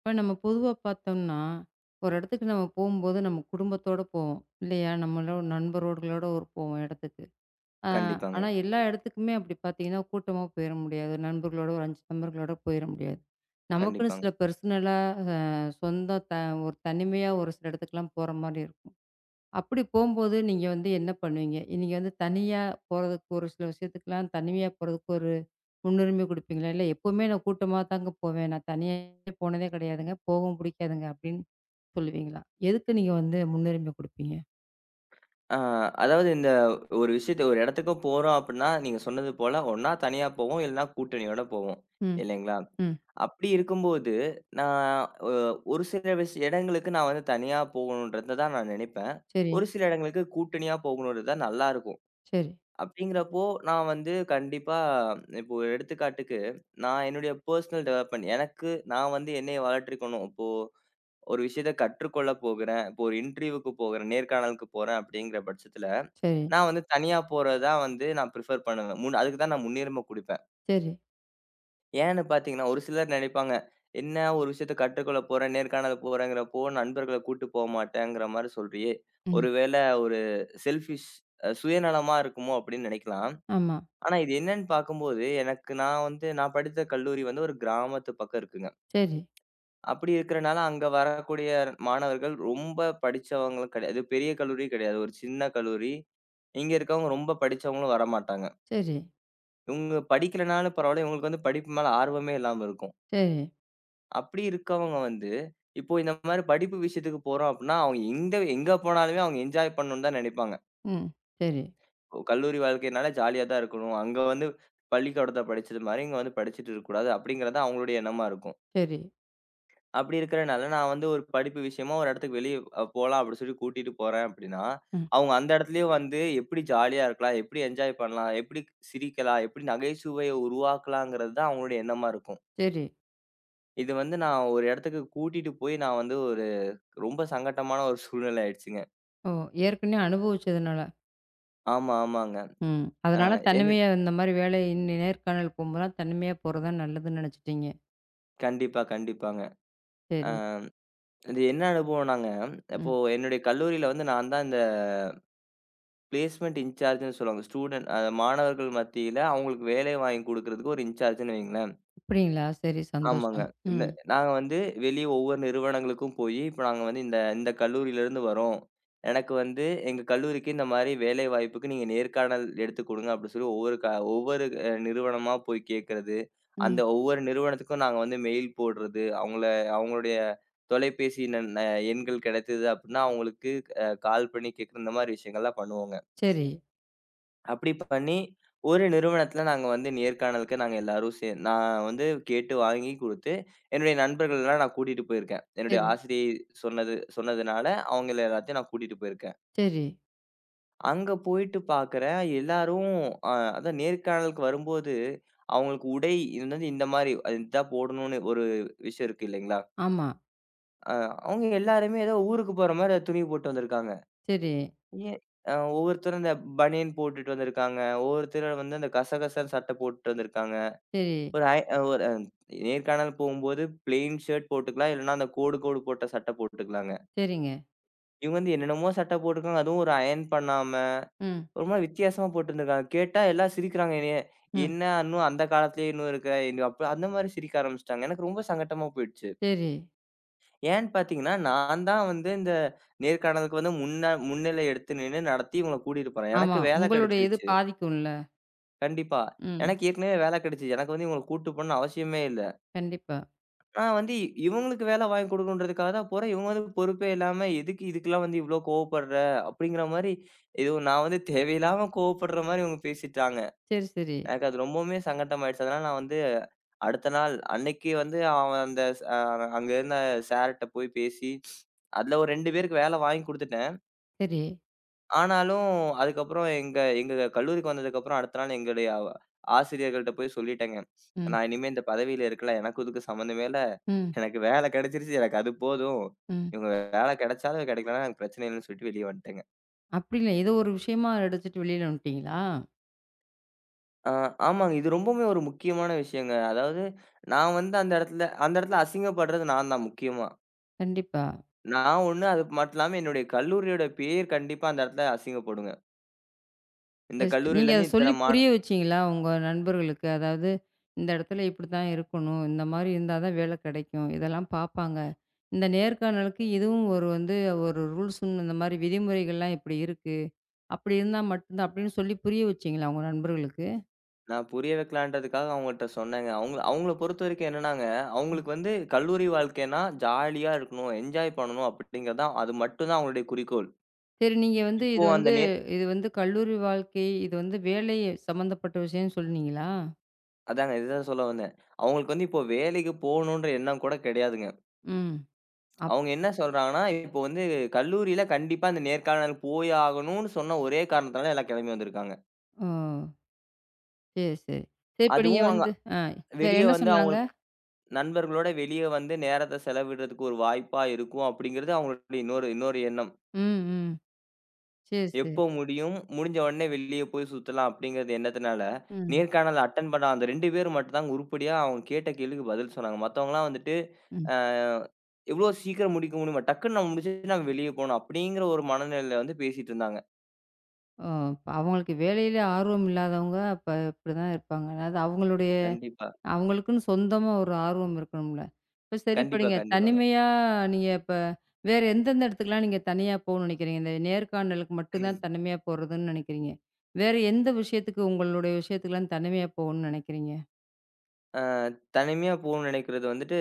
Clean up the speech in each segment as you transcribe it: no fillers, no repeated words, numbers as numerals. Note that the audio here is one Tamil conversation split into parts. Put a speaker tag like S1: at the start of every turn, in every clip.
S1: இப்ப நம்ம பொதுவா பார்த்தோம்னா, ஒரு இடத்துக்கு நம்ம போம்போது நம்ம குடும்பத்தோட போவோம். இல்லையா? நம்மளோட நண்பர்களோட ஒரு போவோம் இடத்துக்கு. அ
S2: கண்டிப்பாங்க,
S1: ஆனா எல்லா இடத்துக்குமே அப்படி பார்த்தீங்கன்னா, கூட்டமா போயிற முடியாது. நண்பர்களோட ஒரு 5 நண்பர்களோட போயிற முடியாது. நமக்குன்னு
S2: கண்டிப்பாங்க.
S1: சில பெர்சனலா அ சொந்த த ஒரு தனிமையா ஒரு சில இடத்துக்குலாம் போற மாரி இருக்கும். அப்படி போம்போது நீங்க வந்து என்ன பண்ணுவீங்க? நீங்க வந்து தனியா போறதுக்கு ஒரு சில விஷயத்துக்குலாம் தனிமையா போறதுக்கு ஒரு முன்னுரிமை குடுப்பீங்களா? இல்ல எப்பவுமே நான் கூட்டமா தாங்க போவேன். நான் தனியா போனதே கிடையாதுங்க. போகவும் பிடிக்காதுங்க அப்படின்னு சொல்லுவீங்களா? எதுக்கு நீங்க வந்து முன்னுரிமை குடுப்பீங்க?
S2: ஆ அதாவது இந்த ஒரு விஷயத்த ஒரு இடத்துக்கு போறோம் அப்டின்னா, நீங்க சொன்னது போல ஒண்ணா தனியா போவோம், இல்லனா கூட்டணியோட போவோம்.
S1: ம்.
S2: இல்லைங்களா?
S1: ம்.
S2: அப்டி இருக்கும்போது, நான் அ ஒரு சில இடங்களுக்கு நான் வந்து தனியா போகணுன்றத தான் நான் நினைப்பேன்.
S1: சரி,
S2: ஒரு சில இடங்களுக்கு கூட்டணியா போகணுன்றது தான் நல்லாருக்கும்.
S1: சரி,
S2: அப்டிங்கிறப்போ, நான் வந்து கண்டிப்பா இப்போ ஒரு எடுத்துக்காட்டுக்கு, நான் என்னுடைய பெர்சனல் டெவலப்மென்ட் எனக்கு நான் வந்து என்னைய வளர்த்திக்கணும். இப்போ ஒரு விஷயத்த கற்றுக்கொள்ள போகிறேன். இப்போ ஒரு இன்டர்வியூக்கு போகிறேன், நேர்காணலுக்கு போறேன் அப்படிங்கிற பட்சத்துல,
S1: சரி,
S2: நான் வந்து தனியா போறது தான் வந்து நான் பிரிஃபர் பண்ணுவேன். அதுக்கு தான் நான் முன்னுரிமை குடுப்பேன்.
S1: சரி.
S2: ஏன்னு பார்த்தீங்கன்னா, ஒரு சிலர் நினைப்பாங்க, "என்ன ஒரு விஷயத்த கற்றுக்கொள்ள போறேன், நேர்காணல் போறேங்கிறப்போ நண்பர்கள கூட்டு போ மாட்டேங்கிற மாரி சொல்றியே!
S1: ம்.
S2: ஒருவேளை ஒரு செல்ஃபிஷ் சுயநலமா இருக்குமோ!" அப்படின்னு நினைக்கலாம்.
S1: ஆமா.
S2: ஆனா இது என்னன்னு பார்க்கும்போது, எனக்கு நான் வந்து நான் படித்த கல்லூரி வந்து ஒரு கிராமத்து பக்கம் இருக்குங்க.
S1: சரி,
S2: அப்படி இருக்கிறனால, அங்க வரக்கூடிய மாணவர்கள் ரொம்ப படிச்சவங்களும் கிடையாது. பெரிய கல்லூரி கிடையாது. ஒரு சின்ன கல்லூரி. இங்க இருக்கவங்க ரொம்ப படிச்சவங்களும் வரமாட்டாங்க.
S1: சரி,
S2: இவங்க படிக்கலனாலும் பரவால்ல. இவங்களுக்கு வந்து படிப்பு மேல ஆர்வமே இல்லாம இருக்கும்.
S1: சரி.
S2: அப்படி இருக்கவங்க வந்து, இப்போ இந்த மாரி படிப்பு விஷயத்துக்கு போறோம் அப்படின்னா, அவங்க எங்க எங்க போனாலுமே அவங்க என்ஜாய் பண்ணணும்னு தான் நினைப்பாங்க.
S1: ம். சரி,
S2: ஓ, கல்லூரி வாழ்க்கைனால ஜாலியா தான் இருக்கணும். அங்க வந்து பள்ளிக்கூடத்துல படிச்சது மாரி இங்க வந்து படிச்சுட்டு இருக்கக்கூடாது அப்படிங்கிறது தான் அவங்களுடைய எண்ணமா இருக்கும்.
S1: சரி,
S2: அப்படி இருக்கிறனால, நான் வந்து ஒரு படிப்பு விஷயமா ஒரு இடத்துக்கு வெளிய போலாம் அப்படி சொல்லி கூட்டிட்டு போறேன் அப்படின்னா,
S1: ம்.
S2: அவங்க அந்த இடத்துலயே வந்து எப்படி ஜாலியா இருக்கலாம், எப்படி என்ஜாய் பண்ணலாம், எப்படி சிரிக்கலாம், எப்படி நகைச்சுவைய உருவாக்கலாங்கிறது தான் அவங்களுடைய எண்ணமா இருக்கும்.
S1: சரி.
S2: இது வந்து நான் ஒரு இடத்துக்கு கூட்டிட்டு போய் நான் வந்து ஒரு ரொம்ப சங்கட்டமான ஒரு சூழ்நிலை ஆயிடுச்சுங்க.
S1: ஓ! ஏற்கனவே அனுபவிச்சதுனால.
S2: ஆமா, ஆமாங்க.
S1: ம்.
S2: அ
S1: அதனால
S2: என்ன
S1: தனிமையா இந்த மாரி வேலை இன்னி நேர்காணல் போம்போதெல்லாம் தனிமையா போறது தான் நல்லதுன்னு நெனச்சுட்டீங்க.
S2: கண்டிப்பா, கண்டிப்பாங்க. அ
S1: சரி.
S2: இது என்ன அனுபவம்னாங்க, இப்போ
S1: ம்.
S2: என்னுடைய கல்லூரியில வந்து நான் தான் இந்த பிளேஸ்மென்ட் இன்சார்ஜ்ன்னு சொல்லுவாங்க. ஸ்டூடண்ட் அ மாணவர்கள் மத்தியில அவங்களுக்கு வேலை வாங்கி குடுக்குறதுக்கு ஒரு இன்சார்ஜ்ன்னு வைங்களேன்.
S1: அப்படிங்களா? சரி
S2: ஆமாங்க.
S1: சந்தோஷம்.
S2: இந்த
S1: ம்.
S2: நாங்க வந்து வெளிய ஒவ்வொரு நிறுவனங்களுக்கும் போயி, இப்ப நாங்க வந்து இந்த இந்த கல்லூரியிலருந்து வரோம். எனக்கு வந்து எங்க கல்லூரிக்கு இந்த மாரி வேலை வாய்ப்புக்கு நீங்க நேர்காணல் எடுத்து குடுங்க அப்டி சொல்லி ஒவ்வொரு நிறுவனமா போய் கேட்கறது. அந்த
S1: ம்.
S2: ஒவ்வொரு நிறுவனத்துக்கும் நாங்க வந்து மெயில் போடுறது. அவங்கள அவங்களுடைய தொலைபேசி எண்கள் கிடைத்தது அப்டின்னா, அவங்களுக்கு கால் பண்ணி கேட்கற இந்த மாரி விஷயங்கள்லாம் பண்ணுவோங்க.
S1: சரி,
S2: அப்படி பண்ணி, ஒரு நிறுவனத்துல நாங்க வந்து நேர்காணலுக்கு நாங்க எல்லாரும் நான் வந்து கேட்டு வாங்கி குடுத்து, என்னுடைய நண்பர்கள்லாம் நான் கூட்டிட்டு போயிருக்கேன். என்னுடைய
S1: சரி,
S2: ஆசிரியை சொன்னதுனால, அவங்கள எல்லாத்தையும் நான் கூட்டிட்டு போயிருக்கேன்.
S1: சரி.
S2: அங்க போயிட்டு பார்க்குறேன் எல்லாரும் அ அதான் நேர்காணலுக்கு வரும்போது, அவங்களுக்கு உடை இது வந்து இந்த மாரி இதான் போடணும்னு ஒரு விஷயம் இருக்கு இல்லைங்களா?
S1: ஆமா.
S2: அ அவங்க எல்லாருமே ஏதோ ஊருக்கு போற மாரி துணி போட்டு வந்திருக்காங்க.
S1: சரி,
S2: ஏன் ஒவ்வொருத்தரும் இந்த பனியன் போட்டுட்டு வந்திருக்காங்க. ஒவ்வொருத்தர் வந்து அந்த கசகசன்னு சட்டை போட்டுட்டு வந்திருக்காங்க.
S1: சரி,
S2: ஒரு ஐ ஒரு நேர்காணல் போகும்போது பிளெயின் ஷர்ட் போட்டுக்கலாம். இல்லன்னா அந்த கோடு கோடு போட்ட சட்டை போட்டுக்கலாங்க.
S1: சரிங்க.
S2: இவங்க வந்து என்னென்னமோ சட்டை போட்டுருக்காங்க. அதுவும் ஒரு அயர்ன் பண்ணாம,
S1: ம்,
S2: ஒரு மாரி வித்தியாசமா போட்டுருந்துருக்காங்க. கேட்டா எல்லாம் சிரிக்கிறாங்க என்னைய.
S1: ம்.
S2: "என்ன இன்னும் அந்த காலத்திலேயே இன்னும் இருக்க?" இன்னும் அப்ப அந்த மாரி சிரிக்க ஆரம்பிச்சுட்டாங்க. எனக்கு ரொம்ப சங்கட்டமா போயிடுச்சு.
S1: சரி.
S2: ஏன்னு பார்த்தீங்கன்னா, நான் தான் வந்து இந்த நேர்காணலுக்கு வந்து முன்னிலை எடுத்து நின்னு நடத்தி இவங்கள கூட்டிட்டு போறேன்.
S1: ஆமா.
S2: எனக்கு வேலை
S1: உங்களுடைய இது
S2: கிடைச்சிருச்சு.
S1: பாதிக்கும்ல.
S2: கண்டிப்பா.
S1: ம்.
S2: எனக்கு ஏற்கனவே வேலை கிடைச்சுது. எனக்கு வந்து இவங்கள கூட்டு போணும்னு அவசியமே இல்ல.
S1: கண்டிப்பா.
S2: நான் வந்து இவங்களுக்கு வேலை வாங்கி குடுக்கணுன்றதுக்காக தான் போறேன். இவங்க வந்து பொறுப்பே இல்லாம, "எதுக்கு இதுக்கெல்லாம் வந்து இவ்ளோ கோவப்படுற?" அப்படிங்கிற மாரி, ஏதோ நான் வந்து தேவையில்லாம கோவப்படுற மாரி இவங்க பேசிட்டாங்க.
S1: சரி, சரி,
S2: எனக்கு அது ரொம்பவுமே சங்கட்டமாயிடுச்சு. அதனால நான் வந்து அடுத்த நாள் அன்னைக்கு வந்து அந்த ஸ் அ அங்க இருந்த சார்ட்ட போய் பேசி, அதுல ஒரு 2 பேருக்கு வேலை வாங்கி குடுத்துட்டேன்.
S1: சரி.
S2: ஆனாலும், அதுக்கப்புறம் எங்க எங்க கல்லூரிக்கு வந்ததுக்கப்புறம் அடுத்த நாள் எங்களுடைய ஆசிரியர்கள்ட்ட போய் சொல்லிட்டேங்க.
S1: ம்,
S2: நான் இனிமே இந்த பதவியில இருக்கல. எனக்கும் இதுக்கும் சம்மந்தமே இல்ல.
S1: ம்,
S2: எனக்கு வேலை கிடைச்சிருச்சு. எனக்கு அது போதும்.
S1: ம்.
S2: இவங்க வேலை கிடைச்சாலும் கிடைக்கலனாலும் எனக்கு பிரச்சனை இல்லன்னு சொல்லிட்டு வெளிய வந்துட்டேங்க.
S1: அப்படி இல்ல. ஏதோ ஒரு விஷயமா எடுத்துட்டு வெளியில வந்துட்டீங்களா?
S2: ஆ ஆமாங்க. இது ரொம்பவுமே ஒரு முக்கியமான விஷயங்க. அதாவது நான் வந்து அந்த இடத்துல அசிங்கப்படுறது நான் தான் முக்கியமா.
S1: கண்டிப்பா.
S2: நான் ஒண்ணு அது மட்டும் இல்லாம என்னுடைய கல்லூரியோட பேர் கண்டிப்பா அந்த இடத்துல அசிங்கப்படுங்க. இந்த
S1: சரி, சரி. நீங்க அத
S2: கல்லூரியிலருந்து
S1: சொல்லி
S2: இத்தன மா
S1: புரிய வச்சீங்களா? உங்க நண்பர்களுக்கு? அதாவது, இந்த இடத்துல இப்படித்தான் இருக்கணும். இந்த மாரி இருந்தா தான் வேலை கிடைக்கும். இதெல்லாம் பார்ப்பாங்க. இந்த நேர்காணலுக்கு இதுவும் ஒரு வந்து ஒரு ரூல்ஸ்ன்னு இந்த மாரி விதிமுறைகள்லாம் இப்படி இருக்கு. அப்படி இருந்தா மட்டும்தான் அப்படின்னு சொல்லி புரிய வச்சீங்களா உங்க நண்பர்களுக்கு?
S2: நான் புரிய வைக்கலான்றதுக்காக அவங்கட்ட சொன்னேங்க. அவங்கள அவங்கள பொறுத்தவரைக்கும் என்னன்னாங்க,
S1: ம்.
S2: அவங்களுக்கு வந்து கல்லூரி வாழ்க்கைன்னா ஜாலியா இருக்கணும், என்ஜாய் பண்ணணும் அப்படிங்கிறது தான் அது மட்டும் தான் அவங்களுடைய குறிக்கோள்.
S1: சரி, நீங்க வந்து
S2: இப்போ
S1: இது
S2: அந்த
S1: வந்து
S2: நே
S1: இது வந்து கல்லூரி வாழ்க்கை, இது வந்து வேலை சம்மந்தப்பட்ட விஷயம்ன்னு சொன்னீங்களா?
S2: அதாங்க இதுதான் சொல்ல வந்தேன். அவங்களுக்கு வந்து இப்போ வேலைக்கு போகணுன்ற எண்ணம் கூட கிடையாதுங்க.
S1: ம். அப்
S2: அவங்க என்ன சொல்றாங்கன்னா, இப்போ வந்து கல்லூரியில கண்டிப்பா அந்த நேர்காணல் போய் ஆகணும்னு சொன்ன ஒரே காரணத்தால எல்லாம் கிளம்பி வந்திருக்காங்க.
S1: ஓ! சரி, சரி. சரி இப்ப நீங்க
S2: அதுவும் அங்க
S1: வந்து வேற
S2: வெளிய
S1: என்ன
S2: வந்து
S1: சொன்னாங்க?
S2: அவங்களுக்கு நண்பர்களோட வெளிய வந்து நேரத்த செலவிடுறதுக்கு ஒரு வாய்ப்பா இருக்கும் அப்படிங்கிறது அவங்களுடைய இன்னொரு இன்னொரு எண்ணம்.
S1: ம், ம். சரி, சரி.
S2: எப்போ முடியும்? முடிஞ்ச உடனே வெளிய போய் சுத்தலாம் அப்படிங்கிறது எண்ணத்தினால,
S1: ம்.
S2: நேர்காணல் அட்டெண்ட் பண்ண அந்த 2 பேர் மட்டும் தாங்க உருப்படியா அவங்க கேட்ட கேள்விக்கு பதில் சொன்னாங்க. மத்தவங்கலாம் வந்துட்டு,
S1: ம்.
S2: அ எவ்வளோ சீக்கிரம் முடிக்க முடியுமா? டக்குன்னு நம்ம முடிச்சுட்டு நாங்க வெளிய போணும். அப்படிங்கிற ஒரு மனநிலையில வந்து பேசிட்டு இருந்தாங்க.
S1: ஓ! அப்ப அவங்களுக்கு வேலையில ஆர்வம் இல்லாதவங்க, அப்ப இப்படிதான் இருப்பாங்க. அதாவது அவங்களுடைய
S2: கண்டிப்பா,
S1: அவங்களுக்குன்னு சொந்தமா ஒரு ஆர்வம் இருக்கணும்ல. இப்ப சரி இப்ப
S2: கண்டிப்பா,
S1: நீங்க
S2: கண்டிப்பா.
S1: தனிமையா நீங்க இப்ப வேற எந்தெந்த இடத்துக்குலாம் நீங்க தனியா போகணும்னு நெனைக்கிறீங்க? இந்த நேர்காணலுக்கு மட்டும் தான் தனிமையா போறதுன்னு நெனைக்கிறீங்க. வேற எந்த விஷயத்துக்கு உங்களுடைய விஷயத்துக்குலாம் தனிமையா போகணும்னு நெனைக்கிறீங்க?
S2: அ தனிமையா போணும்னு நினைக்கிறது வந்துட்டு,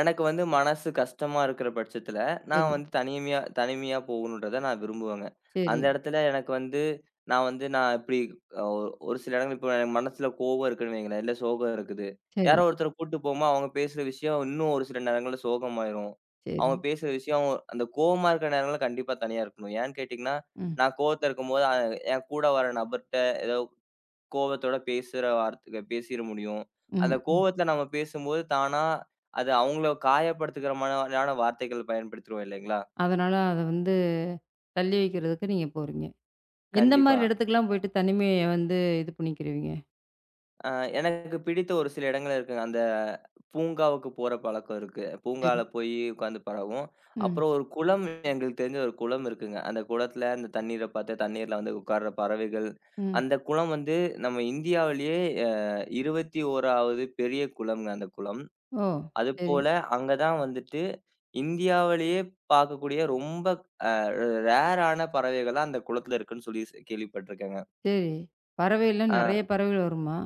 S2: எனக்கு வந்து மனசு கஷ்டமா இருக்கிற பட்சத்துல, நான்
S1: சரி,
S2: வந்து தனிமையா தனிமையா போகணுன்றத நான் விரும்புவேங்க.
S1: சரி,
S2: அந்த இடத்துல எனக்கு வந்து நான் வந்து நான் இப்டி அ ஒரு சில இடங்கள் இப்போ என் மனசுல கோவம் இருக்குன்னு வைங்களேன், இல்ல சோகம் இருக்குது.
S1: சரி,
S2: யாரோ ஒருத்தர கூட்டு போமா அவங்க பேசுற விஷயம் இன்னும் ஒரு சில நேரங்கள்ல சோகமாயிரும்.
S1: சரி.
S2: அவங்க பேசுற விஷயம் அவங்க- அந்த கோவமா இருக்கிற நேரங்கள்ல கண்டிப்பா தனியா இருக்கணும். ஏன்னு கேட்டீங்கன்னா,
S1: ம்,
S2: நான் கோவத்துல இருக்கும்போது என் கூட வர நபர்ட்ட ஏதோ கோவத்தோட பேசுற வார்த்தை பேசிற முடியும்.
S1: ம்,
S2: அந்த
S1: ம்.
S2: கோவத்துல நம்ம பேசும்போது தானா, அது அவங்கள காயப்படுத்துகிற மாரியான வார்த்தைகள் பயன்படுத்துறோம் இல்லைங்களா?
S1: அதனால அத வந்து தள்ளி வைக்கிறதுக்கு நீங்க போறீங்க. எந்த மாரி
S2: கண்டிப்பா.
S1: இடத்துக்குலாம் போயிட்டு தனிமைய வந்து இது பண்ணிக்கிருவீங்க?
S2: அ எனக்கு பிடித்த ஒரு சில இடங்கள் இருக்குங்க. அந்த பூங்காவுக்கு போற பழக்கம் இருக்கு.
S1: சரி.
S2: பூங்கால போய் உட்காந்து பழகுவோம்.
S1: ம்.
S2: அப்புறம் ஒரு குளம் எங்களுக்கு தெரிஞ்ச ஒரு குளம் இருக்குங்க. அந்த குளத்துல அந்த தண்ணீர பார்த்து தண்ணீர்ல வந்து உட்கார்ற பறவைகள்.
S1: ம்.
S2: அந்த குளம் வந்து நம்ம இந்தியாவிலேயே அ 21வது பெரிய குளம்ங்க அந்த குளம்.
S1: ஓ! சரி,
S2: அதுபோல அங்க தான் வந்துட்டு இந்தியாவிலேயே பார்க்கக்கூடிய ரொம்ப அ ரேரான பறவைகளா அந்த குளத்தில இருக்குன்னு சொல்லி கேள்விப்பட்டுருக்கேங்க.
S1: சரி. பறவைலாம்
S2: ஆ
S1: நெறைய பறவைகள் வருமா?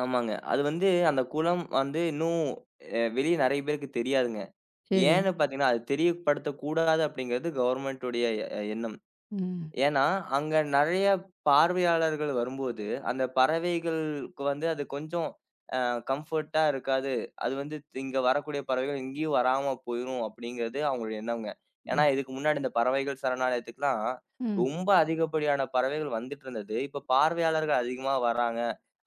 S2: ஆமாங்க. அது வந்து அந்த குளம் வந்து இன்னும் வெளிய நெறைய பேருக்கு தெரியாதுங்க.
S1: சரி.
S2: ஏன்னு பார்த்தீங்கன்னா, அது தெரியப்படுத்தக்கூடாது அப்படிங்கிறது கவர்மெண்ட்டுடைய எண்ணம்.
S1: ம்.
S2: ஏன்னா, அங்க நெறைய பார்வையாளர்கள் வரும்போது, அந்த பறவைகளுக்கு வந்து அது கொஞ்சம் அ கம்ஃபர்ட்டா இருக்காது. அது வந்து இங்க வரக்கூடிய பறவைகள் எங்கேயும் வராம போயிரும் அப்படிங்கிறது அவங்களுடைய எண்ணம்ங்க. ஏன்னா,
S1: ம்.
S2: இதுக்கு முன்னாடி இந்த பறவைகள் சரணாலயத்துக்குலாம்
S1: ம்.
S2: ரொம்ப அதிகப்படியான பறவைகள் வந்துட்டு இருந்தது. இப்ப பார்வையாளர்கள் அதிகமா வராங்க.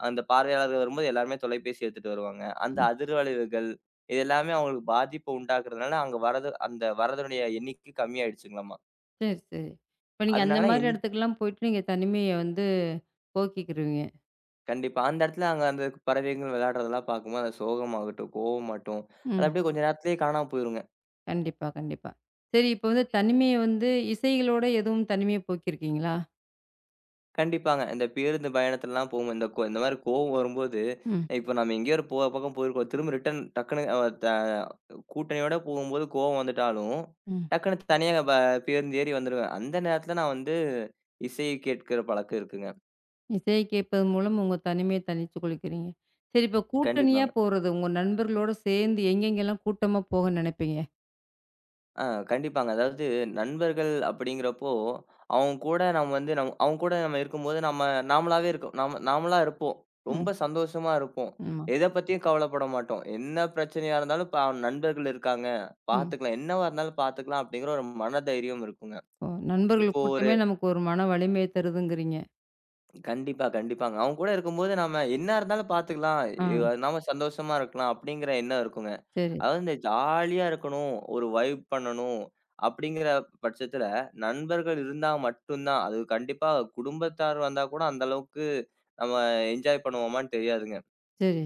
S2: அந்த பார்வையாளர்கள் வரும்போது எல்லாருமே தொலைபேசி எடுத்துட்டு வருவாங்க. அந்த
S1: ம்.
S2: அதிர்வலைவுகள் இது எல்லாமே அவங்களுக்கு பாதிப்ப உண்டாக்குறதுனால, அங்க வரது அந்த வரதனுடைய எண்ணிக்கை கம்மியாயிடுச்சுங்களாமா.
S1: சரி, சரி. இப்ப நீங்க அந்த
S2: அதனால
S1: மாரி இடத்துக்குலாம் போயிட்டு நீங்க தனிமைய வந்து போக்கிக்கிருவீங்க.
S2: கண்டிப்பா. அந்த இடத்துல அங்க அந்த பறவைகள் விளையாடுறதெல்லாம் பார்க்கும்போது, அந்த சோகமாகட்டும், கோவமாகட்டும், அது
S1: ம்.
S2: அப்படியே கொஞ்ச நேரத்திலேயே காணாம போயிருங்க.
S1: கண்டிப்பா, கண்டிப்பா. சரி இப்ப வந்து தனிமைய வந்து இசைகளோட எதுவும் தனிமைய போக்கியிருக்கீங்களா?
S2: கண்டிப்பாங்க. இந்த பேருந்து பயணத்துலலாம் போகும்போது, இந்த இந்த மாரி கோவம் வரும்போது,
S1: ம்.
S2: இப்ப நம்ம எங்கேயோ ஒரு போ பக்கம் போயிருக்கோம். திரும்ப ரிட்டர்ன் டக்குனு அ த கூட்டணியோட போகும்போது கோவம் வந்துட்டாலும்,
S1: ம்.
S2: டக்குனு தனியா பேருந்து ஏறி வந்துருவேன். அந்த நேரத்துல நான் வந்து இசை கேட்கிற பழக்கம் இருக்குங்க.
S1: இசைய கேட்பதன் மூலம் உங்க தனிமைய தனித்துக் கொள்கிறீங்க. சரி இப்ப கூட்டணியா
S2: கண்டிப்பாங்க.
S1: போறது, உங்க நண்பர்களோட சேர்ந்து எங்கெங்கலாம் கூட்டமா போக நினைப்பீங்க?
S2: கண்டிப்பாங்க. அதாவது நண்பர்கள் அப்படிங்கிறப்போ, அவங்க கூட நம்ம இருக்கும்போது நம்ம நாமளாவே இருக்கோம். நாம நாமளா இருப்போம்.
S1: ம்.
S2: ரொம்ப சந்தோஷமா இருப்போம்.
S1: ஆமா.
S2: எத பத்தியும் கவலைப்பட மாட்டோம். என்ன பிரச்சனையா இருந்தாலும் நண்பர்கள் இருக்காங்க.
S1: ம்.
S2: பார்த்துக்கலாம். என்னவா இருந்தாலும் பார்த்துக்கலாம் அப்படிங்கிற ஒரு மனதைரியம் இருக்குங்க.
S1: ஓ! நண்பர்கள்
S2: இப்போ ஒரு
S1: கூட்டமே நமக்கு ஒரு மன வலிமைய தருதுங்கிறீங்க.
S2: கண்டிப்பா, கண்டிப்பாங்க. அவங்க கூட இருக்கும்போது நாம என்ன இருந்தாலும் பார்த்துக்கலாம்.
S1: ஆ,
S2: இ நாம சந்தோஷமா இருக்கலாம் அப்படிங்கிற எண்ணம் இருக்குங்க.
S1: சரி,
S2: அதாவது இந்த ஜாலியா இருக்கணும். ஒரு வைப் பண்ணணும். அப்படிங்கிற பட்சத்துல நண்பர்கள் இருந்தா மட்டும் தான். அது கண்டிப்பா குடும்பத்தார் வந்தா கூட அந்த அளவுக்கு நம்ம என்ஜாய் பண்ணுவோமான்னு தெரியாதுங்க.
S1: சரி.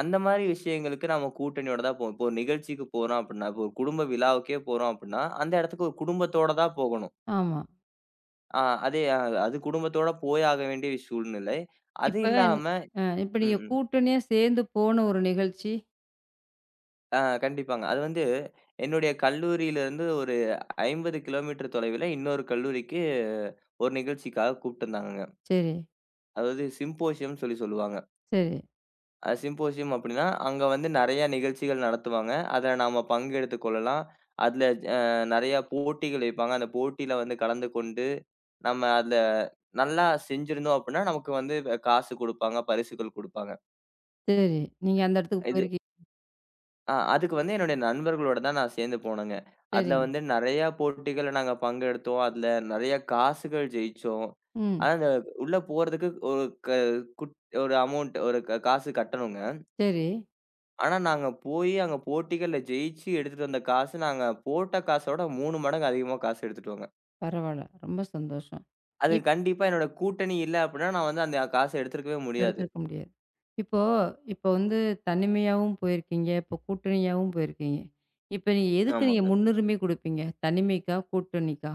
S2: அந்த மாரி விஷயங்களுக்கு நம்ம கூட்டணியோட தான் போவோம். இப்போ ஒரு நிகழ்ச்சிக்கு போறோம் அப்படின்னா, இப்போ ஒரு குடும்ப விழாவுக்கே போறோம் அப்படின்னா, அந்த இடத்துக்கு ஒரு குடும்பத்தோட தான் போகணும்.
S1: ஆமா.
S2: ஆ அதே அது குடும்பத்தோட போய் ஆக வேண்டிய சூழ்நிலை. அது
S1: இப்ப
S2: இல்லாம
S1: இப்ப நீங்க
S2: ம்.
S1: கூட்டணியா சேர்ந்து போன ஒரு நிகழ்ச்சி.
S2: கண்டிப்பாங்க. அது வந்து என்னுடைய கல்லூரியிலிருந்து ஒரு 50 கிலோமீட்டர் தொலைவில இன்னொரு கல்லூரிக்கு ஒரு நிகழ்ச்சிக்காக கூப்பிட்டுருந்தாங்கங்க.
S1: சரி,
S2: அதாவது சிம்போசியம்ன்னு சொல்லி சொல்லுவாங்க.
S1: சரி,
S2: அது சிம்போசியம் அப்படின்னா, அங்க வந்து நெறைய நிகழ்ச்சிகள் நடத்துவாங்க. அதுல நாம பங்கெடுத்துக் கொள்ளலாம். அதுல அ நெறைய போட்டிகள் வைப்பாங்க. அந்த போட்டியில வந்து கலந்து கொண்டு, நம்ம அதுல நல்லா செஞ்சிருந்தோம் அப்படின்னா, நமக்கு வந்து காசு குடுப்பாங்க, பரிசுகள் குடுப்பாங்க.
S1: சரி. நீங்க அந்த இடத்துக்கு போயிருக்கீங்க.
S2: அதுக்கு வந்து என்னுடைய நண்பர்களோட தான் நான் சேர்ந்து போனேங்க. அதுல
S1: சரிங்க.
S2: வந்து நெறையா போட்டிகள்ல நாங்க பங்கெடுத்தோம். அதுல நெறைய காசுகள் ஜெயிச்சோம்.
S1: ம்.
S2: ஆனா, அந்த உள்ள போறதுக்கு குட் ஒரு அமௌண்ட் ஒரு க காசு கட்டணுங்க.
S1: சரி.
S2: ஆனா, நாங்க போயி அங்க போட்டிகள்ல ஜெயிச்சு எடுத்துட்டு வந்த காசு, நாங்க போட்ட காசோட 3 மடங்கு அதிகமா காசு எடுத்துட்டு வாங்க.
S1: பரவால்ல. ரொம்ப சந்தோஷம்.
S2: அது
S1: இப்
S2: கண்டிப்பா என்னோட கூட்டணி இல்ல அப்டின்னா, நான் வந்து அந்த காச எடுத்திருக்கவே முடியாது.
S1: எடுத்திருக்க முடியாது. இப்போ இப்போ வந்து தனிமையாவும் போயிருக்கீங்க. இப்போ கூட்டணியாவும் போயிருக்கீங்க. இப்ப நீங்க எதுக்கு நீங்க
S2: ஆமாங்க.
S1: முன்னுரிமை குடுப்பீங்க? தனிமைக்கா? கூட்டணிக்கா?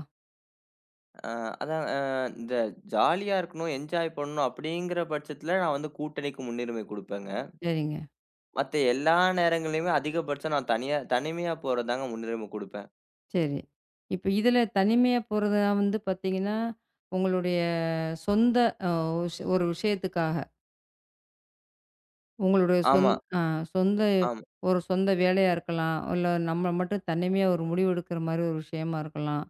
S2: ஆ அதான் அ இந்த ஜாலியா இருக்கணும், என்ஜாய் பண்ணணும் அப்டிங்கிற பட்சத்துல நான் வந்து கூட்டணிக்கு முன்னுரிமை குடுப்பேங்க.
S1: சரிங்க.
S2: மத்த எல்லா நேரங்கள்லயுமே அதிகபட்சம் நான் தனிமையா போறதுதாங்க முன்னுரிமை குடுப்பேன்.
S1: சரி. இப்ப இதுல தனிமையா போறதுனா வந்து பார்த்தீங்கன்னா, உங்களுடைய சொந்த அ ஒரு விஷயத்துக்காக. உங்களுடைய
S2: ஆமா,
S1: அ சொந்த
S2: ஆமா.
S1: ஒரு சொந்த வேலையா இருக்கலாம். இல்ல நம்ம மட்டும் தனிமையா ஒரு முடிவு எடுக்கிற மாரி ஒரு விஷயமா இருக்கலாம்.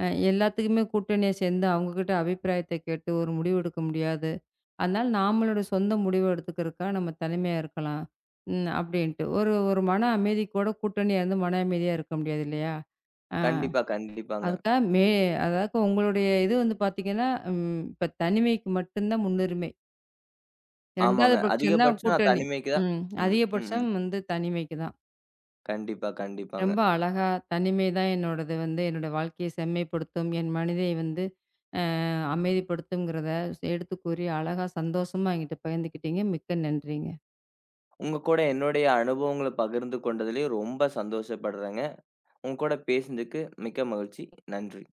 S1: அ எல்லாத்துக்குமே கூட்டணியா சேர்ந்து அவங்ககிட்ட அபிப்பிராயத்த கேட்டு ஒரு முடிவு எடுக்க முடியாது. அதனால நாமளோட சொந்த முடிவு எடுத்துக்கிறதுக்கா நம்ம தனிமையா இருக்கலாம். ம். அப்படின்ட்டு. ஒரு ஒரு மன அமைதி கூட கூட்டணியா இருந்து மன அமைதியா இருக்க முடியாது இல்லையா?
S2: கண்டிப்பா, கண்டிப்பாங்க.
S1: அதுக்கா மே அதாவது உங்களுடைய இது வந்து பார்த்தீங்கன்னா, ம் இப்ப தனிமைக்கு மட்டும் தான் முன்னுரிமை. 2வது
S2: ஆமாங்க.
S1: பட்சம் தான்
S2: அதிகபட்சம் நான்
S1: கூட்டணி.
S2: தனிமைக்கு தான்.
S1: ம்.
S2: ம், ம், ம்.
S1: அதிகபட்சம் வந்து தனிமைக்கு தான்.
S2: கண்டிப்பா,
S1: ரொம்ப
S2: கண்டிப்பாங்க.
S1: அழகா தனிமை தான் என்னோடது வந்து என்னோட வாழ்க்கையை செம்மைப்படுத்தும். என் மனதை வந்து அ அமைதிப்படுத்தும்ங்கிறத எடுத்து கூறி அழகா சந்தோஷமா என்கிட்ட பகிர்ந்துக்கிட்டீங்க. மிக்க நன்றிங்க.
S2: உங்க கூட என்னுடைய அனுபவங்கள பகிர்ந்து கொண்டதிலயும் ரொம்ப சந்தோஷப்படுறேங்க. உங்க கூட பேசினதுக்கு மிக்க மகிழ்ச்சி. நன்றி.